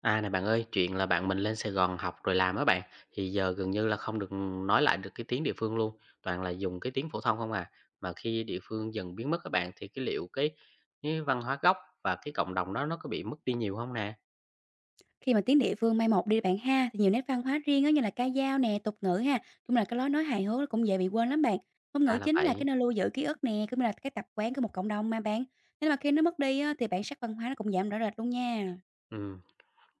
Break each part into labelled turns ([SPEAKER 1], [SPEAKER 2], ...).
[SPEAKER 1] À này bạn ơi, chuyện là bạn mình lên Sài Gòn học rồi làm á bạn, thì giờ gần như là không được nói lại được cái tiếng địa phương luôn, toàn là dùng cái tiếng phổ thông không à. Mà khi địa phương dần biến mất các bạn thì cái liệu cái văn hóa gốc và cái cộng đồng đó nó có bị mất đi nhiều không nè?
[SPEAKER 2] Khi mà tiếng địa phương mai một đi bạn ha, thì nhiều nét văn hóa riêng á, như là ca dao nè, tục ngữ ha, cũng là cái lối nói hài hước nó cũng dễ bị quên lắm bạn. Ngôn
[SPEAKER 1] À
[SPEAKER 2] ngữ
[SPEAKER 1] là
[SPEAKER 2] chính là
[SPEAKER 1] vậy.
[SPEAKER 2] cái nơi lưu giữ ký ức nè, cũng như là cái tập quán của một cộng đồng mà bạn. Nên mà khi nó mất đi á, thì bản sắc văn hóa nó cũng giảm rõ rệt luôn nha.
[SPEAKER 1] Ừ,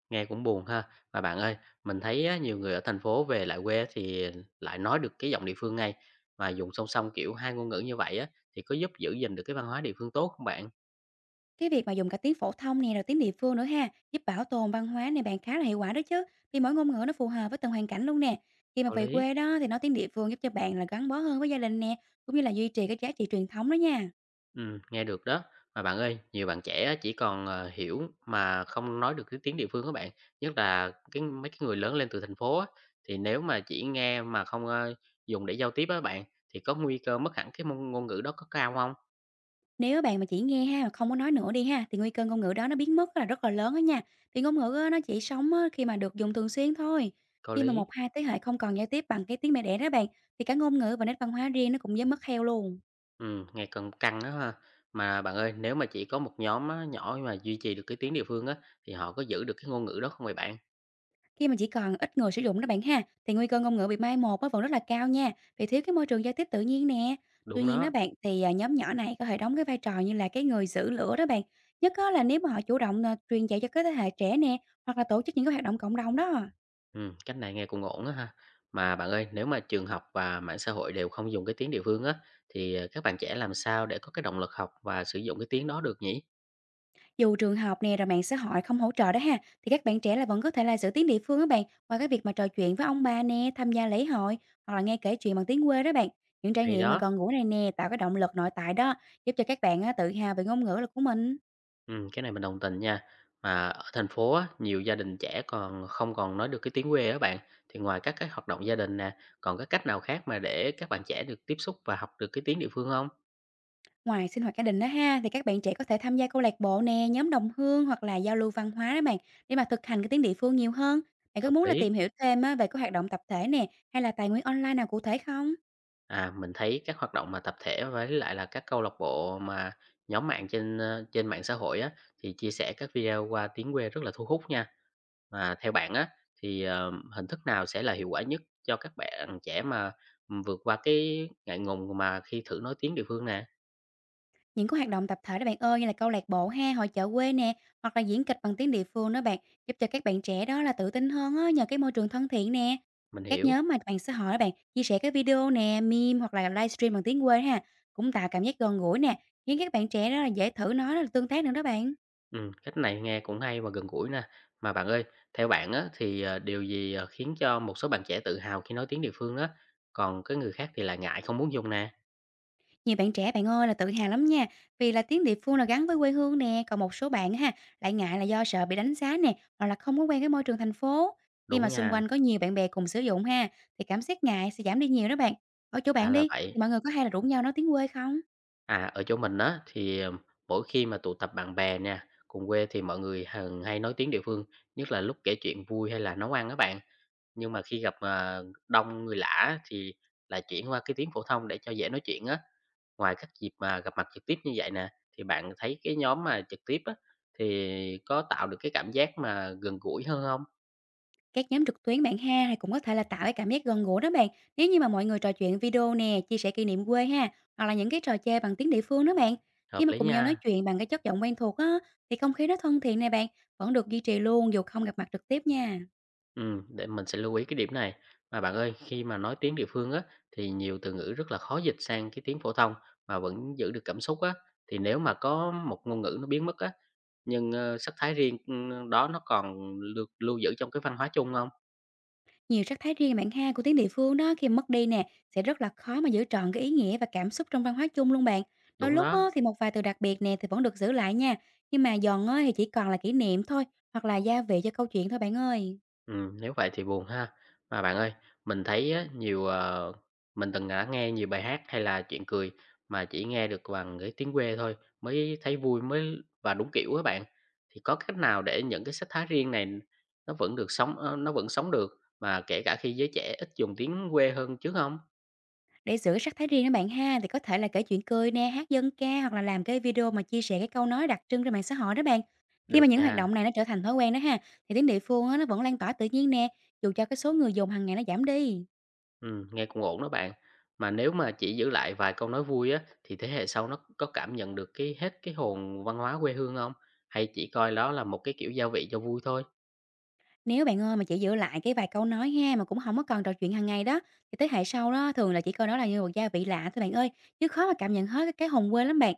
[SPEAKER 1] nghe cũng buồn ha. Mà bạn ơi, mình thấy á, nhiều người ở thành phố về lại quê thì lại nói được cái giọng địa phương ngay, mà dùng song song kiểu hai ngôn ngữ như vậy á thì có giúp giữ gìn được cái văn hóa địa phương tốt không bạn?
[SPEAKER 2] Cái việc mà dùng cả tiếng phổ thông nè rồi tiếng địa phương nữa ha, giúp bảo tồn văn hóa này bạn khá là hiệu quả đó chứ. Vì mỗi ngôn ngữ nó phù hợp với từng hoàn cảnh luôn nè. Khi mà
[SPEAKER 1] Có
[SPEAKER 2] về
[SPEAKER 1] lý.
[SPEAKER 2] quê đó thì nói tiếng địa phương giúp cho bạn là gắn bó hơn với gia đình nè, cũng như là duy trì cái giá trị truyền thống đó nha.
[SPEAKER 1] Nghe được đó. Mà bạn ơi, nhiều bạn trẻ á chỉ còn, hiểu mà không nói được cái tiếng địa phương các bạn, nhất là cái mấy cái người lớn lên từ thành phố á, thì nếu mà chỉ nghe mà không, dùng để giao tiếp á bạn, thì có nguy cơ mất hẳn cái môn ngôn ngữ đó có cao không?
[SPEAKER 2] Nếu bạn mà chỉ nghe ha, mà không có nói nữa đi ha, thì nguy cơ ngôn ngữ đó nó biến mất là rất là lớn đó nha. Vì ngôn ngữ á, nó chỉ sống á, khi mà được dùng thường xuyên thôi.
[SPEAKER 1] Có
[SPEAKER 2] Khi mà
[SPEAKER 1] lý.
[SPEAKER 2] một hai thế hệ không còn giao tiếp bằng cái tiếng mẹ đẻ đó bạn, thì cả ngôn ngữ và nét văn hóa riêng nó cũng dám mất theo luôn.
[SPEAKER 1] Nghe căng căng á ha. Mà bạn ơi, nếu mà chỉ có một nhóm á nhỏ mà duy trì được cái tiếng địa phương á, thì họ có giữ được cái ngôn ngữ đó không vậy bạn?
[SPEAKER 2] Khi mà chỉ còn ít người sử dụng đó bạn ha, thì nguy cơ ngôn ngữ bị mai một nó vẫn rất là cao nha, vì thiếu cái môi trường giao tiếp tự nhiên nè. Tuy
[SPEAKER 1] Đúng
[SPEAKER 2] nhiên đó
[SPEAKER 1] đó.
[SPEAKER 2] bạn, thì nhóm nhỏ này có thể đóng cái vai trò như là cái người giữ lửa đó bạn. Nhất á là nếu mà họ chủ động truyền dạy cho cái thế hệ trẻ nè, hoặc là tổ chức những cái hoạt động cộng đồng đó.
[SPEAKER 1] Cách này nghe cũng ổn á ha. Mà bạn ơi, nếu mà trường học và mạng xã hội đều không dùng cái tiếng địa phương á, thì các bạn trẻ làm sao để có cái động lực học và sử dụng cái tiếng đó được nhỉ?
[SPEAKER 2] Dù trường học nè rồi mạng xã hội không hỗ trợ đó ha, thì các bạn trẻ là vẫn có thể là giữ tiếng địa phương đó bạn qua cái việc mà trò chuyện với ông bà nè, tham gia lễ hội hoặc là nghe kể chuyện bằng tiếng quê đó bạn. Những trải
[SPEAKER 1] Hay
[SPEAKER 2] nghiệm mà
[SPEAKER 1] đó.
[SPEAKER 2] gần gũi này nè tạo cái động lực nội tại đó, giúp cho các bạn á, tự hào về ngôn ngữ là của mình.
[SPEAKER 1] Cái này mình đồng tình nha. Mà ở thành phố á, nhiều gia đình trẻ còn không còn nói được cái tiếng quê á bạn. Thì ngoài các cái hoạt động gia đình nè, còn cái cách nào khác mà để các bạn trẻ được tiếp xúc và học được cái tiếng địa phương không?
[SPEAKER 2] Ngoài sinh hoạt gia đình đó ha, thì các bạn trẻ có thể tham gia câu lạc bộ nè, nhóm đồng hương hoặc là giao lưu văn hóa đó bạn để mà thực hành cái tiếng địa phương nhiều hơn. Bạn có
[SPEAKER 1] Hợp
[SPEAKER 2] muốn là
[SPEAKER 1] lý.
[SPEAKER 2] tìm hiểu thêm á, về cái hoạt động tập thể nè hay là tài nguyên online nào cụ thể không?
[SPEAKER 1] À, mình thấy các hoạt động mà tập thể với lại là các câu lạc bộ mà nhóm mạng trên mạng xã hội á, thì chia sẻ các video qua tiếng quê rất là thu hút nha. Mà theo bạn á, thì, hình thức nào sẽ là hiệu quả nhất cho các bạn trẻ mà, vượt qua cái ngại ngùng mà khi thử nói tiếng địa phương nè?
[SPEAKER 2] Những cái hoạt động tập thể đó bạn ơi, như là câu lạc bộ ha, hội chợ quê nè, hoặc là diễn kịch bằng tiếng địa phương đó bạn, giúp cho các bạn trẻ đó là tự tin hơn á, nhờ cái môi trường thân thiện nè.
[SPEAKER 1] Mình
[SPEAKER 2] Các
[SPEAKER 1] hiểu.
[SPEAKER 2] nhóm mà bạn xã hội đó bạn chia sẻ cái video nè, meme hoặc là livestream bằng tiếng quê ha, cũng tạo cảm giác gần gũi nè, khiến các bạn trẻ đó là dễ thử nói là tương tác nữa đó bạn.
[SPEAKER 1] Ừm, cách này nghe cũng hay và gần gũi nè. Mà bạn ơi, theo bạn á, thì, điều gì, khiến cho một số bạn trẻ tự hào khi nói tiếng địa phương á, còn cái người khác thì lại ngại không muốn dùng nè?
[SPEAKER 2] Nhiều bạn trẻ bạn ơi là tự hào lắm nha, vì là tiếng địa phương là gắn với quê hương nè, còn một số bạn ha, lại ngại là do sợ bị đánh giá nè, hoặc là không có quen cái môi trường thành phố. Khi
[SPEAKER 1] Đúng
[SPEAKER 2] mà xung
[SPEAKER 1] nha,
[SPEAKER 2] quanh có nhiều bạn bè cùng sử dụng ha, thì cảm giác ngại sẽ giảm đi nhiều đó bạn. Ở chỗ
[SPEAKER 1] ra
[SPEAKER 2] bạn
[SPEAKER 1] là
[SPEAKER 2] đi,
[SPEAKER 1] vậy.
[SPEAKER 2] thì mọi người có hay là rủ nhau nói tiếng quê không?
[SPEAKER 1] À, ở chỗ mình á thì, mỗi khi mà tụ tập bạn bè nha cùng quê thì mọi người hằng hay nói tiếng địa phương, nhất là lúc kể chuyện vui hay là nấu ăn á bạn. Nhưng mà khi gặp, đông người lạ á thì lại chuyển qua cái tiếng phổ thông để cho dễ nói chuyện á. Ngoài các dịp mà gặp mặt trực tiếp như vậy nè, thì bạn thấy cái nhóm mà trực tiếp á, thì có tạo được cái cảm giác mà gần gũi hơn không?
[SPEAKER 2] Các nhóm trực tuyến bạn ha thì cũng có thể là tạo cái cảm giác gần gũi đó bạn. Nếu như mà mọi người trò chuyện video nè, chia sẻ kỷ niệm quê ha, hoặc là những cái trò chơi bằng tiếng địa phương đó bạn.
[SPEAKER 1] Hợp
[SPEAKER 2] Khi mà
[SPEAKER 1] lý
[SPEAKER 2] cùng nhau nói
[SPEAKER 1] nha.
[SPEAKER 2] chuyện bằng cái chất giọng quen thuộc á, thì không khí nó thân thiện này bạn, vẫn được duy trì luôn dù không gặp mặt trực tiếp nha.
[SPEAKER 1] Để mình sẽ lưu ý cái điểm này. Mà bạn ơi, khi mà nói tiếng địa phương á, thì nhiều từ ngữ rất là khó dịch sang cái tiếng phổ thông mà vẫn giữ được cảm xúc á. Thì nếu mà có một ngôn ngữ nó biến mất á, nhưng sắc thái riêng đó nó còn được lưu giữ trong cái văn hóa chung không?
[SPEAKER 2] Nhiều sắc thái riêng bạn ha của tiếng địa phương đó khi mất đi nè, sẽ rất là khó mà giữ trọn cái ý nghĩa và cảm xúc trong văn hóa chung luôn bạn. Đôi
[SPEAKER 1] Đúng
[SPEAKER 2] lúc
[SPEAKER 1] đó.
[SPEAKER 2] á, thì một vài từ đặc biệt nè thì vẫn được giữ lại nha, nhưng mà giòn á, thì chỉ còn là kỷ niệm thôi, hoặc là gia vị cho câu chuyện thôi bạn ơi.
[SPEAKER 1] Nếu vậy thì buồn ha. Mà bạn ơi, mình thấy á, mình từng đã nghe nhiều bài hát hay là chuyện cười mà chỉ nghe được bằng cái tiếng quê thôi mới thấy vui mới và đúng kiểu á bạn. Thì có cách nào để những cái sắc thái riêng này nó vẫn sống được mà kể cả khi giới trẻ ít dùng tiếng quê hơn chứ không?
[SPEAKER 2] Để giữ sắc thái riêng đó bạn ha, thì có thể là kể chuyện cười nè, hát dân ca hoặc là làm cái video mà chia sẻ cái câu nói đặc trưng trên mạng xã hội đó bạn. Khi mà
[SPEAKER 1] Được
[SPEAKER 2] những hoạt
[SPEAKER 1] nha.
[SPEAKER 2] động này nó trở thành thói quen đó ha, thì tiếng địa phương á, nó vẫn lan tỏa tự nhiên nè, dù cho cái số người dùng hàng ngày nó giảm đi.
[SPEAKER 1] Nghe cũng ổn đó bạn. Mà nếu mà chỉ giữ lại vài câu nói vui á, thì thế hệ sau nó có cảm nhận được cái hết cái hồn văn hóa quê hương không? Hay chỉ coi đó là một cái kiểu gia vị cho vui thôi?
[SPEAKER 2] Nếu bạn ơi mà chỉ giữ lại cái vài câu nói ha mà cũng không có còn trò chuyện hàng ngày đó thì thế hệ sau đó thường là chỉ coi nó là như một gia vị lạ thôi bạn ơi, chứ khó mà cảm nhận hết cái hồn quê lắm bạn.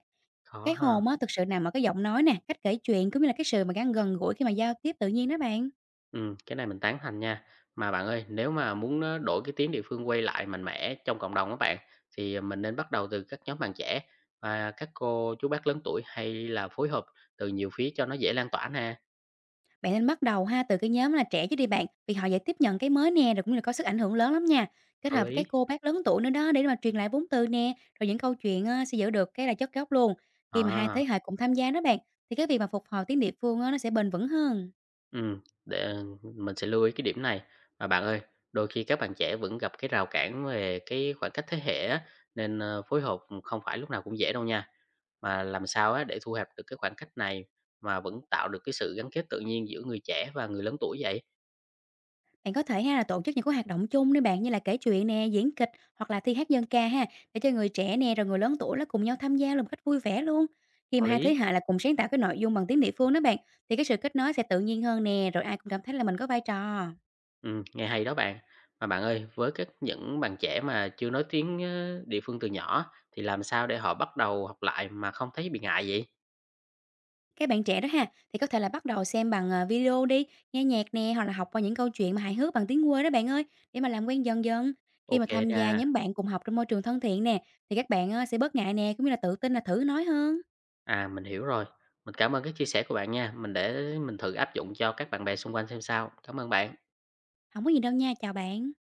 [SPEAKER 1] Khó
[SPEAKER 2] Cái
[SPEAKER 1] ha.
[SPEAKER 2] hồn á thực sự nằm ở cái giọng nói nè, cách kể chuyện cũng như là cái sự mà gắn gần gũi khi mà giao tiếp tự nhiên đó bạn.
[SPEAKER 1] Ừ, cái này mình tán thành nha. Mà bạn ơi, nếu mà muốn á, đổi cái tiếng địa phương quay lại mạnh mẽ trong cộng đồng á bạn, thì mình nên bắt đầu từ các nhóm bạn trẻ và các cô chú bác lớn tuổi hay là phối hợp từ nhiều phía cho nó dễ lan tỏa nè?
[SPEAKER 2] Bạn nên bắt đầu ha từ cái nhóm là trẻ chứ đi bạn, vì họ dễ tiếp nhận cái mới nè, rồi cũng như là có sức ảnh hưởng lớn lắm nha. Kết
[SPEAKER 1] Có
[SPEAKER 2] hợp với
[SPEAKER 1] lý.
[SPEAKER 2] các cô bác lớn tuổi nữa đó để mà truyền lại vốn từ nè, rồi những câu chuyện sẽ giữ được cái là chất gốc luôn. Khi mà hai
[SPEAKER 1] À.
[SPEAKER 2] thế hệ cùng tham gia đó bạn, thì cái việc mà phục hồi tiếng địa phương á, nó sẽ bền vững hơn.
[SPEAKER 1] Để mình sẽ lưu ý cái điểm này. Mà bạn ơi, đôi khi các bạn trẻ vẫn gặp cái rào cản về cái khoảng cách thế hệ á, nên, phối hợp không phải lúc nào cũng dễ đâu nha. Mà làm sao á để thu hẹp được cái khoảng cách này mà vẫn tạo được cái sự gắn kết tự nhiên giữa người trẻ và người lớn tuổi vậy?
[SPEAKER 2] Bạn có thể ha là tổ chức những cái hoạt động chung đi bạn như là kể chuyện nè, diễn kịch hoặc là thi hát dân ca ha để cho người trẻ nè rồi người lớn tuổi nó cùng nhau tham gia là một cách vui vẻ luôn. Khi
[SPEAKER 1] Có
[SPEAKER 2] mà hai
[SPEAKER 1] lý.
[SPEAKER 2] thế hệ là cùng sáng tạo cái nội dung bằng tiếng địa phương đó bạn thì cái sự kết nối sẽ tự nhiên hơn nè rồi ai cũng cảm thấy là mình có vai trò.
[SPEAKER 1] Nghe hay đó bạn. Mà bạn ơi, với các những bạn trẻ mà chưa nói tiếng, địa phương từ nhỏ thì làm sao để họ bắt đầu học lại mà không thấy bị ngại vậy?
[SPEAKER 2] Các bạn trẻ đó ha, thì có thể là bắt đầu xem bằng, video đi, nghe nhạc nè, hoặc là học qua những câu chuyện mà hài hước bằng tiếng quê đó bạn ơi, để mà làm quen dần dần. Khi mà
[SPEAKER 1] Ok
[SPEAKER 2] tham gia
[SPEAKER 1] nha.
[SPEAKER 2] nhóm bạn cùng học trong môi trường thân thiện nè, thì các bạn á sẽ bớt ngại nè, cũng như là tự tin là thử nói hơn.
[SPEAKER 1] À, mình hiểu rồi. Mình cảm ơn cái chia sẻ của bạn nha. Mình để mình thử áp dụng cho các bạn bè xung quanh xem sao. Cảm ơn bạn.
[SPEAKER 2] Không có gì đâu nha, chào bạn.